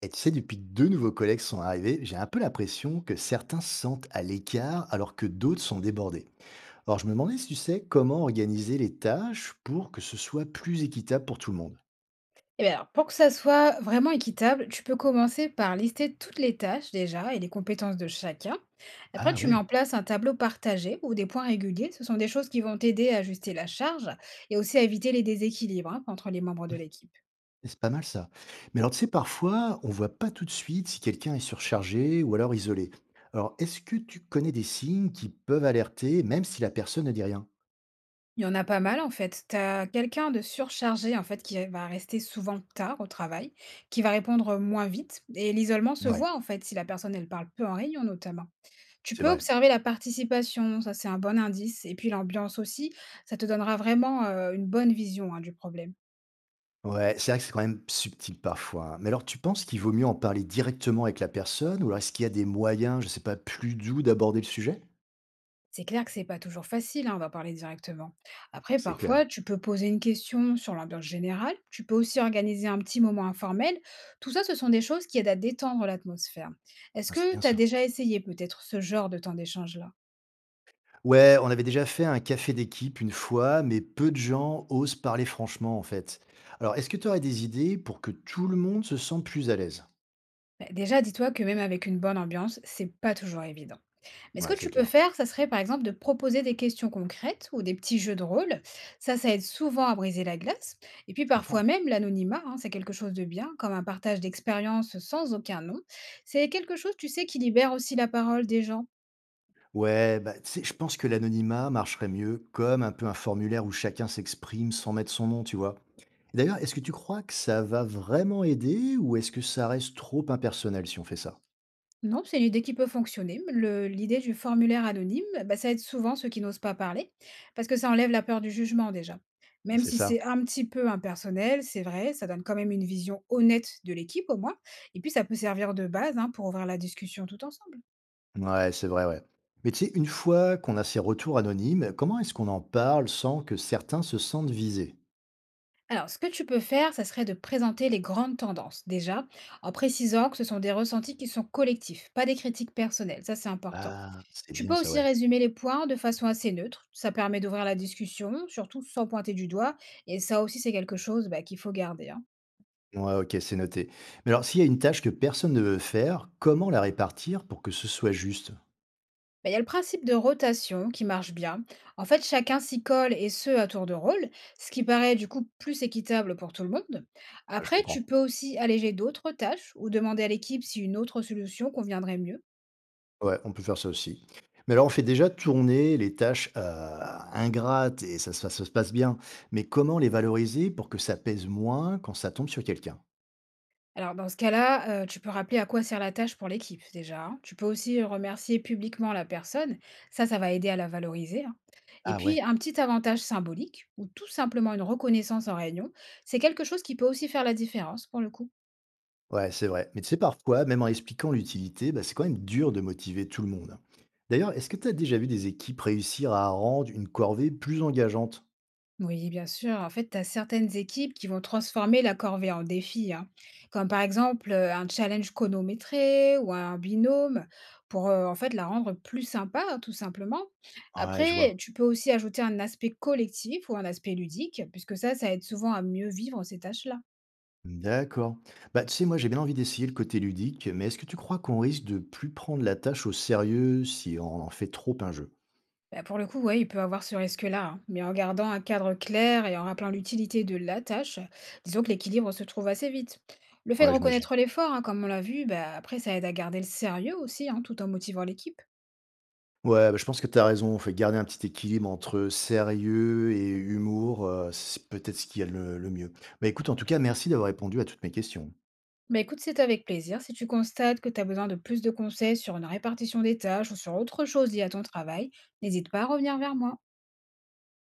Et tu sais, depuis que deux nouveaux collègues sont arrivés, j'ai un peu l'impression que certains se sentent à l'écart alors que d'autres sont débordés. Alors je me demandais si tu sais comment organiser les tâches pour que ce soit plus équitable pour tout le monde. Eh bien alors, pour que ça soit vraiment équitable, tu peux commencer par lister toutes les tâches déjà et les compétences de chacun. Après, Ah tu mets ouais, en place un tableau partagé ou des points réguliers. Ce sont des choses qui vont t'aider à ajuster la charge et aussi à éviter les déséquilibres, hein, entre les membres de l'équipe. c'est pas mal ça. Mais alors tu sais, parfois, on voit pas tout de suite si quelqu'un est surchargé ou alors isolé. Alors est-ce que tu connais des signes qui peuvent alerter même si la personne ne dit rien? Il y en a pas mal en fait. Tu as quelqu'un de surchargé en fait qui va rester souvent tard au travail, qui va répondre moins vite, et l'isolement se Ouais, voit en fait si la personne elle parle peu en réunion notamment. Tu c'est peux vrai. observer la participation, ça c'est un bon indice, et puis l'ambiance aussi, ça te donnera vraiment une bonne vision, hein, du problème. Ouais, c'est vrai que c'est quand même subtil parfois, hein. Mais alors, tu penses qu'il vaut mieux en parler directement avec la personne ou alors est-ce qu'il y a des moyens, je sais pas, plus doux d'aborder le sujet? C'est clair que c'est pas toujours facile, hein, on va parler directement. Après, C'est clair. parfois, tu peux poser une question sur l'ambiance générale, tu peux aussi organiser un petit moment informel. Tout ça, ce sont des choses qui aident à détendre l'atmosphère. Est-ce Ah, c'est que bien tu as ça. déjà essayé peut-être ce genre de temps d'échange-là? Ouais, on avait déjà fait un café d'équipe une fois, mais peu de gens osent parler franchement, en fait. Alors, est-ce que tu aurais des idées pour que tout le monde se sente plus à l'aise? Bah, déjà, dis-toi que même avec une bonne ambiance, c'est pas toujours évident. Mais ce que Ouais, c'est tu peux clair. faire, ça serait par exemple de proposer des questions concrètes ou des petits jeux de rôle. Ça aide souvent à briser la glace. Et puis Je parfois comprends. même l'anonymat, hein, c'est quelque chose de bien, comme un partage d'expériences sans aucun nom. C'est quelque chose, tu sais, qui libère aussi la parole des gens. Ouais, bah, tu sais, je pense que l'anonymat marcherait mieux comme un peu un formulaire où chacun s'exprime sans mettre son nom, tu vois. Et d'ailleurs, est-ce que tu crois que ça va vraiment aider ou est-ce que ça reste trop impersonnel si on fait ça? Non, c'est une idée qui peut fonctionner. L'idée du formulaire anonyme, bah, ça aide souvent ceux qui n'osent pas parler, parce que ça enlève la peur du jugement déjà. Même C'est si ça? c'est un petit peu impersonnel, c'est vrai, ça donne quand même une vision honnête de l'équipe au moins. Et puis ça peut servir de base, hein, pour ouvrir la discussion tout ensemble. Ouais, c'est vrai, ouais. Mais tu sais, une fois qu'on a ces retours anonymes, comment est-ce qu'on en parle sans que certains se sentent visés? Alors, ce que tu peux faire, ça serait de présenter les grandes tendances déjà, en précisant que ce sont des ressentis qui sont collectifs, pas des critiques personnelles. Ça, c'est important. Ah, c'est Tu bien peux ça, aussi ouais. résumer les points de façon assez neutre. Ça permet d'ouvrir la discussion, surtout sans pointer du doigt. Et ça aussi, c'est quelque chose, bah, qu'il faut garder, hein. Ouais, ok, c'est noté. Mais alors, s'il y a une tâche que personne ne veut faire, comment la répartir pour que ce soit juste? Ouais, Mais il y a le principe de rotation qui marche bien. En fait, chacun s'y colle et ce à tour de rôle, ce qui paraît du coup plus équitable pour tout le monde. je Après, tu comprends. peux aussi alléger d'autres tâches ou demander à l'équipe si une autre solution conviendrait mieux. Ouais, on peut faire ça aussi. Mais alors, on fait déjà tourner les tâches, ingrates et ça se passe bien. Mais comment les valoriser pour que ça pèse moins quand ça tombe sur quelqu'un? Alors, dans ce cas-là, tu peux rappeler à quoi sert la tâche pour l'équipe, déjà, hein. Tu peux aussi remercier publiquement la personne. Ça va aider à la valoriser, hein. Et Ah puis, ouais. un petit avantage symbolique ou tout simplement une reconnaissance en réunion, c'est quelque chose qui peut aussi faire la différence, pour le coup. Ouais, c'est vrai. Mais tu sais, parfois, même en expliquant l'utilité, bah, c'est quand même dur de motiver tout le monde. D'ailleurs, est-ce que tu as déjà vu des équipes réussir à rendre une corvée plus engageante? Oui, bien sûr. En fait, tu as certaines équipes qui vont transformer la corvée en défi, hein. Comme par exemple un challenge chronométré ou un binôme pour en fait la rendre plus sympa, hein, tout simplement. Ouais, je Après, vois. tu peux aussi ajouter un aspect collectif ou un aspect ludique, puisque ça, ça aide souvent à mieux vivre ces tâches-là. D'accord. Bah, tu sais, moi, j'ai bien envie d'essayer le côté ludique, mais est-ce que tu crois qu'on risque de plus prendre la tâche au sérieux si on en fait trop un jeu? Bah, pour le coup, ouais, il peut avoir ce risque-là, hein, mais en gardant un cadre clair et en rappelant l'utilité de la tâche, disons que l'équilibre se trouve assez vite. Le fait de Ouais, j'imagine. reconnaître l'effort, hein, comme on l'a vu, bah, après, ça aide à garder le sérieux aussi, hein, tout en motivant l'équipe. Ouais, bah, je pense que tu as raison. Faut garder un petit équilibre entre sérieux et humour, c'est peut-être ce qu'il y a le mieux. Bah, écoute, en tout cas, merci d'avoir répondu à toutes mes questions. Bah écoute, c'est avec plaisir. Si tu constates que tu as besoin de plus de conseils sur une répartition des tâches ou sur autre chose liée à ton travail, n'hésite pas à revenir vers moi.